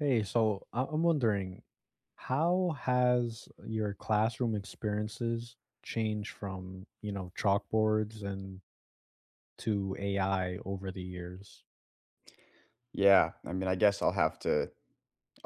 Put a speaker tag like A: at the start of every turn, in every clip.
A: Hey, so I'm wondering, how has your classroom experiences changed from, you know, chalkboards and to AI over the years?
B: Yeah, I mean, I guess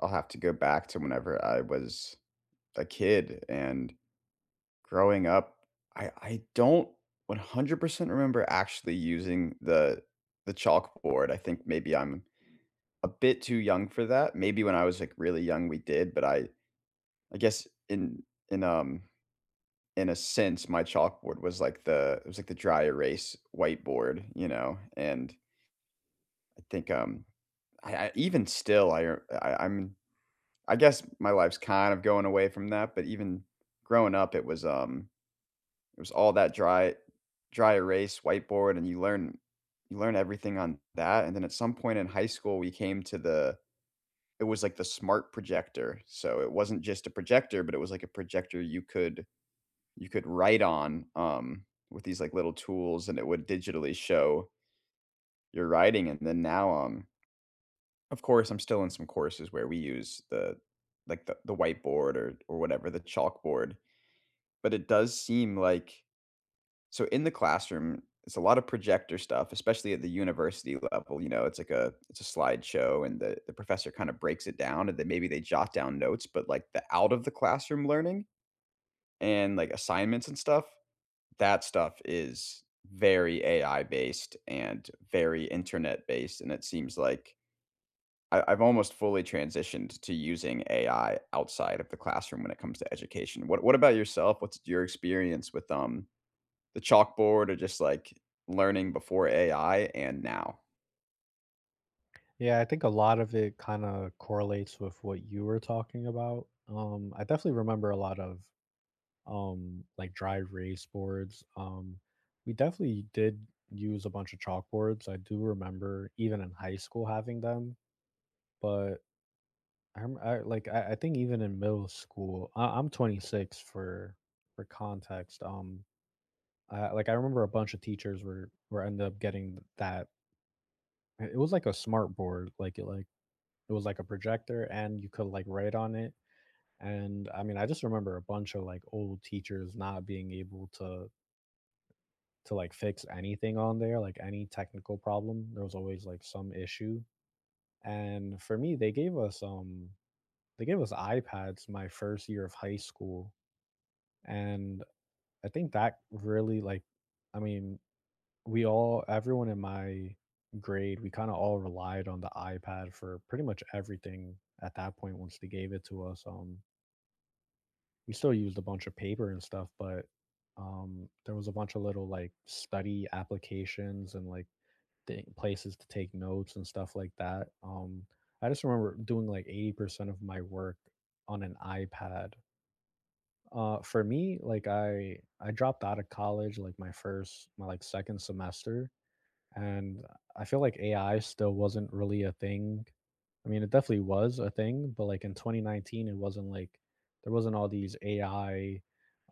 B: I'll have to go back to whenever I was a kid and growing up, I don't 100% remember actually using the chalkboard. I think maybe I'm a bit too young for that. Maybe when I was like really young we did, but I guess in in a sense my chalkboard was like the it was like the dry erase whiteboard, you know. And I think um I even still I, I guess my life's kind of going away from that, but even growing up, it was all that dry erase whiteboard, and you learn everything on that. And then at some point in high school, we came to it was like the smart projector. So it wasn't just a projector, but it was like a projector you could write on with these like little tools, and it would digitally show your writing. And then now of course, I'm still in some courses where we use the whiteboard or whatever, the chalkboard, but it does seem like in the classroom, it's a lot of projector stuff, especially at the university level. You know, it's like a it's a slideshow and the professor kinda breaks it down and then maybe they jot down notes. But like the out of the classroom learning and, like, assignments and stuff, that stuff is very AI based and very internet based, and it seems like I've almost fully transitioned to using AI outside of the classroom when it comes to education. What about yourself? What's your experience with the chalkboard or just like learning before AI and now?
A: Yeah, I think a lot of it kind of correlates with what you were talking about. I definitely remember a lot of like dry erase boards. We definitely did use a bunch of chalkboards. I do remember even in high school having them, but I'm I, like I think even in middle school, I'm 26 for context. I remember a bunch of teachers were ended up getting that. It was like a smart board, like it was like a projector, and you could like write on it. And I mean, I just remember a bunch of like old teachers not being able to like fix anything on there, like any technical problem. There was always like some issue. And for me, they gave us iPads my first year of high school. And I think that really like, I mean, we all everyone in my grade, we kind of all relied on the iPad for pretty much everything at that point once they gave it to us. We still used a bunch of paper and stuff, but there was a bunch of little like study applications and like places to take notes and stuff like that. I just remember doing like 80% of my work on an iPad. For me, like I dropped out of college like my like second semester, and I feel like AI still wasn't really a thing. I mean, it definitely was a thing, but like in 2019, it wasn't like there wasn't all these AI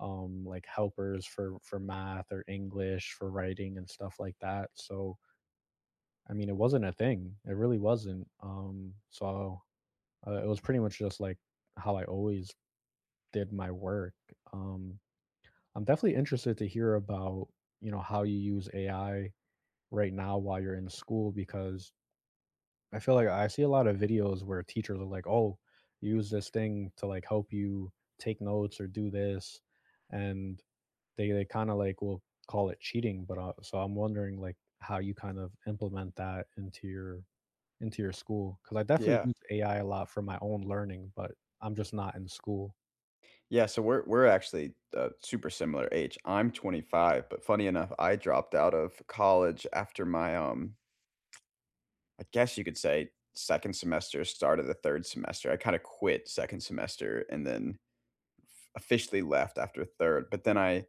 A: like helpers for math or English for writing and stuff like that. So I mean, it wasn't a thing. It really wasn't. So it was pretty much just like how I always did my work. Um, I'm definitely interested to hear about, you know, how you use AI right now while you're in school because I feel like I see a lot of videos where teachers are like, "Oh, use this thing to like help you take notes or do this." And they kind of like will call it cheating, but so I'm wondering like how you kind of implement that into your school because I definitely
B: Yeah,
A: use AI a lot for my own learning, but I'm just not in school.
B: yeah. So we're actually super similar age. I'm 25, but funny enough, I dropped out of college after my I guess you could say second semester, start of the third semester. I kind of quit second semester and then officially left after third. But then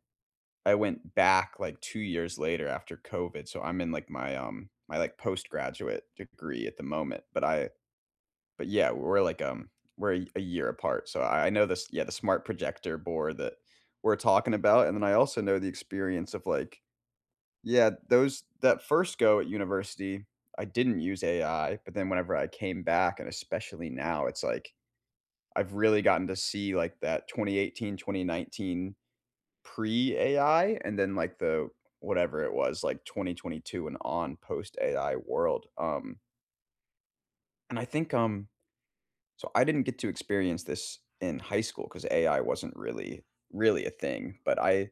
B: I went back, like, 2 years later after COVID, so I'm in, like, my, like, postgraduate degree at the moment. But yeah, we're, like, we're a year apart, so I know this, yeah, the smart projector board that we're talking about. And then I also know the experience of, like yeah, those that first go at university, I didn't use AI. But then whenever I came back, and especially now, it's like, I've really gotten to see, like, that 2018, 2019 pre-AI and then like the whatever it was, like 2022 and on post-AI world. And I think so I didn't get to experience this in high school because AI wasn't really a thing, but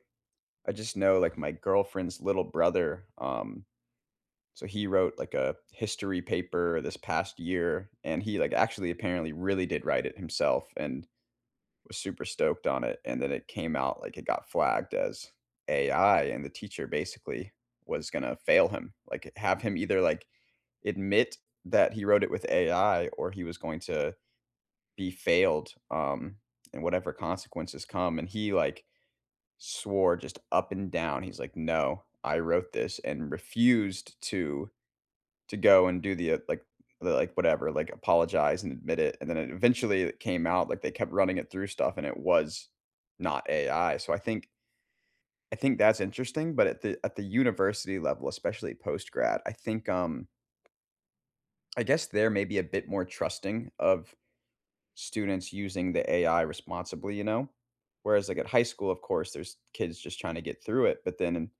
B: I just know like my girlfriend's little brother. So he wrote like a history paper this past year and he like actually apparently really did write it himself and was super stoked on it. And then it came out, like, it got flagged as AI, and the teacher basically was going to fail him, like have him either like admit that he wrote it with AI or he was going to be failed and whatever consequences come. And he like swore just up and down, he's like, no, I wrote this, and refused to go and do the, like whatever, like apologize and admit it. And then it eventually, it came out, like, they kept running it through stuff, and it was not AI. So I think that's interesting. But at the university level, especially post grad, I think, I guess they're maybe a bit more trusting of students using the AI responsibly, you know? Whereas, like, at high school, of course, there's kids just trying to get through it. But then in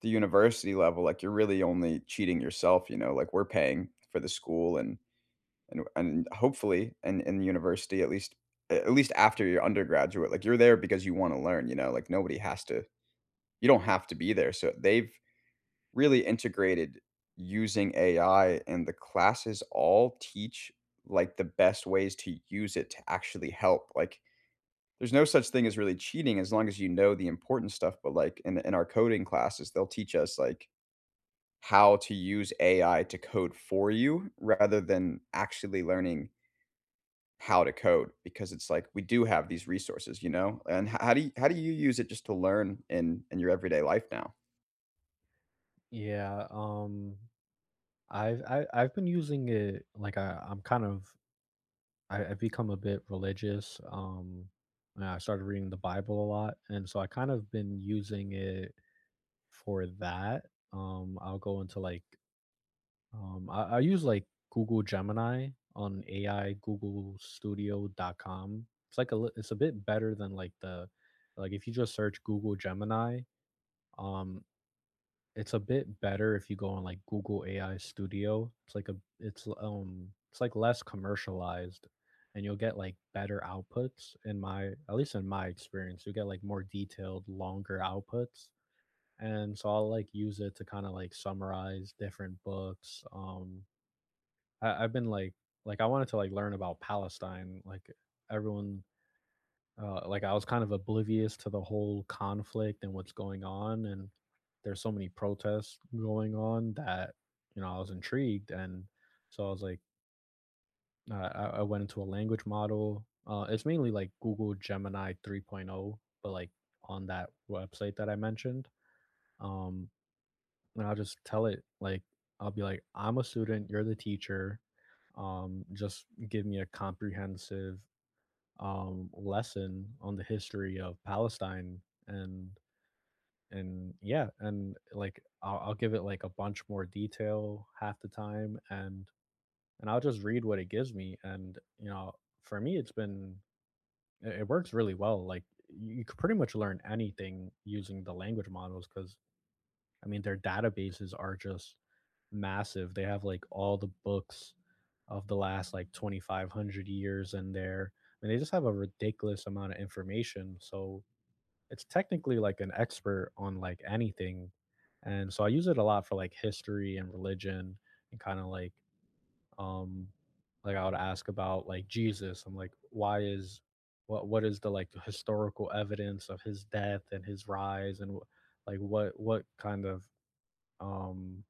B: the university level, like, you're really only cheating yourself, you know? Like, we're paying for the school, and and hopefully, and in university, at least after your undergraduate, like, you're there because you want to learn, you know? Like, nobody has to you don't have to be there. So they've really integrated using AI, and the classes all teach like the best ways to use it to actually help. Like, there's no such thing as really cheating as long as you know the important stuff. But like in, our coding classes, they'll teach us like how to use AI to code for you rather than actually learning how to code, because it's like we do have these resources, you know? And how do you use it just to learn in your everyday life now?
A: Yeah. I've been using it like I'm kind of I've become a bit religious. And I started reading the Bible a lot, and so I kind of been using it for that. I'll go into like I use like Google Gemini on AI Google aistudio.google.com. It's like a li- it's a bit better than like the like if you just search Google Gemini. Um, It's a bit better if you go on, like, Google AI Studio. It's like like, less commercialized, and you'll get, like, better outputs in my, at least in my experience, you get, like, more detailed, longer outputs, and so I'll, like, use it to kinda, like, summarize different books. I I've been, like, I wanted to, like, learn about Palestine, like, everyone, like I was kind of oblivious to the whole conflict and what's going on, and there's so many protests going on that, you know, I was intrigued, and so I was like, I went into a language model. It's mainly like Google Gemini 3.0, but like on that website that I mentioned. um, and I'll just tell it like I'll be like, I'm a student, you're the teacher. Just give me a comprehensive lesson on the history of Palestine. and and yeah, and like I'll give it like a bunch more detail half the time, and I'll just read what it gives me, and you know, for me, it's been, it works really well. Like you could pretty much learn anything using the language models because I mean their databases are just massive. They have like all the books of the last like 2500 years in there. I mean, they just have a ridiculous amount of information. So it's technically like an expert on like anything. And so I use it a lot for like history and religion and kind of um like I would ask about like Jesus. I'm like, why is what is the like historical evidence of his death and his rise and like what kind of um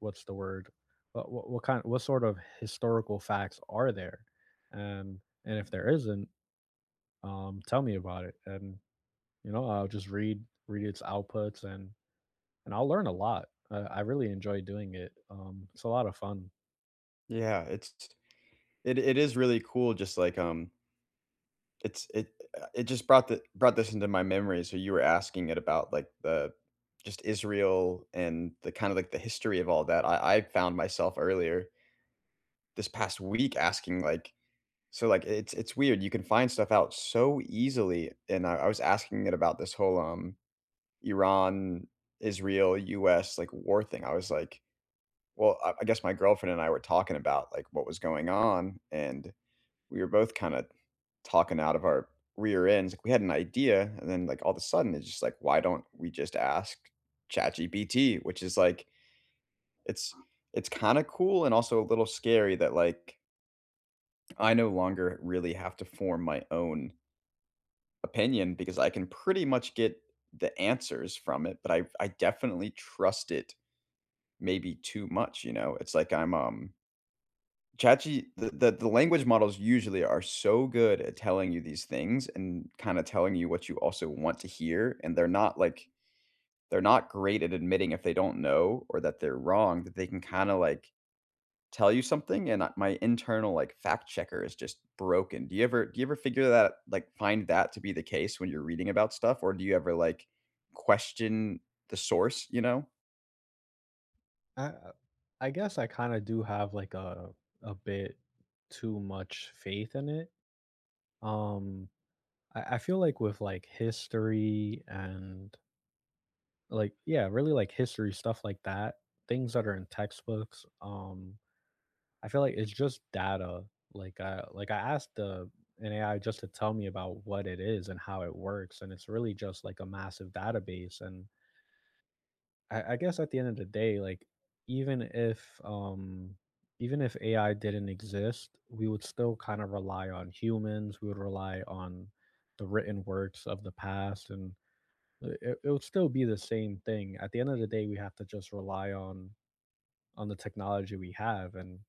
A: what's the word what kind what sort of historical facts are there, and and if there isn't, tell me about it. And you know, I'll just read its outputs, and I'll learn a lot. I really enjoy doing it. It's a lot of fun.
B: Yeah, it's it is really cool. Just like it's it it just brought the brought this into my memory. So you were asking it about like the just Israel and the kind of like the history of all that. I found myself earlier this past week asking like it's weird. You can find stuff out so easily, and I was asking it about this whole Iran, Israel, US, like, war thing. I was like, well, I guess my girlfriend and I were talking about, like, what was going on, and we were both kinda talking out of our rear ends. Like, we had an idea, and then, like, all of a sudden, it's just like, why don't we just ask ChatGPT? Which is, like, it's it's kinda cool and also a little scary that, like, I no longer really have to form my own opinion because I can pretty much get the answers from it. But I definitely trust it maybe too much, you know? It's like I'm, ChatG the the language models usually are so good at telling you these things and kinda telling you what you also want to hear, and they're not, like they're not great at admitting if they don't know or that they're wrong, that they can kinda, like, tell you something. And, my internal, like, fact checker is just broken. Do you ever figure that, like, find that to be the case when you're reading about stuff, or do you ever, like, question the source, you know?
A: I i guess i kind of do have like a bit too much faith in it. um I feel like with like history and, like, yeah, really like history stuff like that, things that are in textbooks. I feel like it's just data. Like, I asked the an AI just to tell me about what it is and how it works, and it's really just like a massive database. And I guess at the end of the day, like even if AI didn't exist, we would still kind of rely on humans. We would rely on the written works of the past, and it would still be the same thing. At the end of the day, we have to just rely on the technology we have, and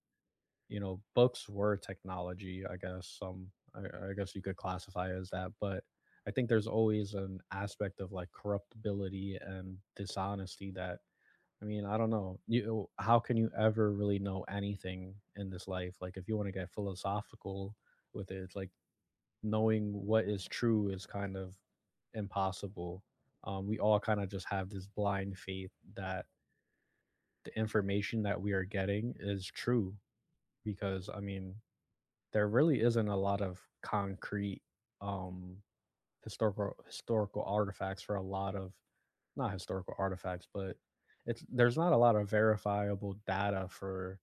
A: you know, books were technology, I guess. I guess you could classify it as that, but I think there's always an aspect of like corruptibility and dishonesty that, I mean, I don't know. How can you ever really know anything in this life? Like, if you want to get philosophical with it, it's like knowing what is true is kind of impossible. We all kind of just have this blind faith that the information that we are getting is true because I mean there really isn't a lot of concrete um, historical artifacts for a lot of, not historical artifacts, but it's there's not a lot of verifiable data for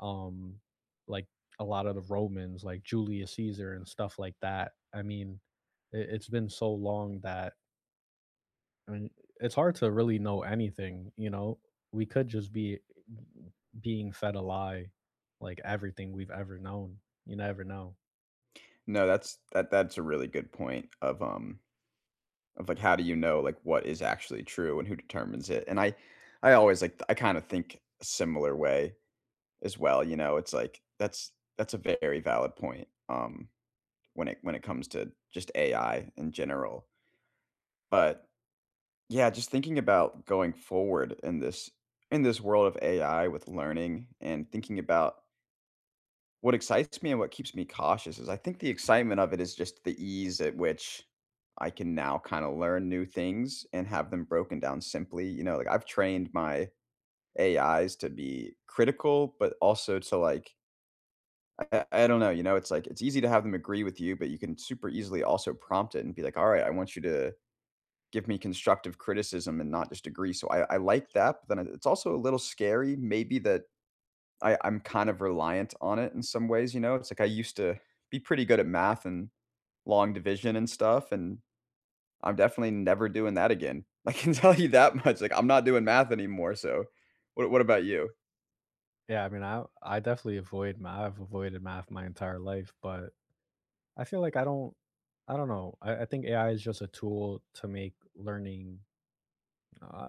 A: um like a lot of the Romans like Julius Caesar and stuff like that. I mean, it's been so long that, I mean, it's hard to really know anything, you know, we could just be being fed a lie, like everything we've ever known. You never know.
B: No, that's that's a really good point of, of, like, how do you know, like, what is actually true and who determines it? And I always, like, I kinda think a similar way as well, you know? It's like, that's a very valid point, when it comes to just AI in general. But yeah, just thinking about going forward in this world of AI with learning and thinking about, what excites me and what keeps me cautious is, I think the excitement of it is just the ease at which I can now kind of learn new things and have them broken down simply. You know, like, I've trained my AIs to be critical, but also to like, I don't know, you know? It's like it's easy to have them agree with you, but you can super easily also prompt it and be like, all right, I want you to give me constructive criticism and not just agree. So I like that. But then it's also a little scary, maybe, that I'm kind of reliant on it in some ways, you know? It's like I used to be pretty good at math and long division and stuff, and I'm definitely never doing that again. I can tell you that much. Like, I'm not doing math anymore, so what about you?
A: Yeah, I mean, I definitely avoid math. I've avoided math my entire life, but I feel like I don't, I think AI is just a tool to make learning, Uh,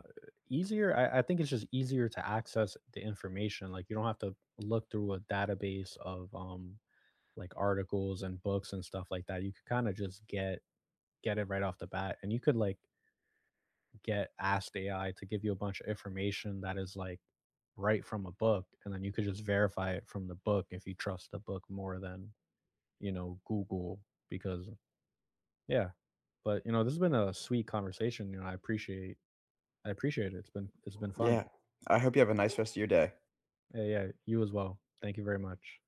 A: easier. I think it's just easier to access the information. Like you don't have to look through a database of like articles and books and stuff like that. You could kind of just get it right off the bat, and you could like get asked AI to give you a bunch of information that is like right from a book, and then you could just verify it from the book if you trust the book more than, you know, Google, because yeah. But you know, this has been a sweet conversation. You know, I appreciate it. It's been fun.
B: Yeah. I hope you have a nice rest of your day.
A: Yeah, you as well. Thank you very much.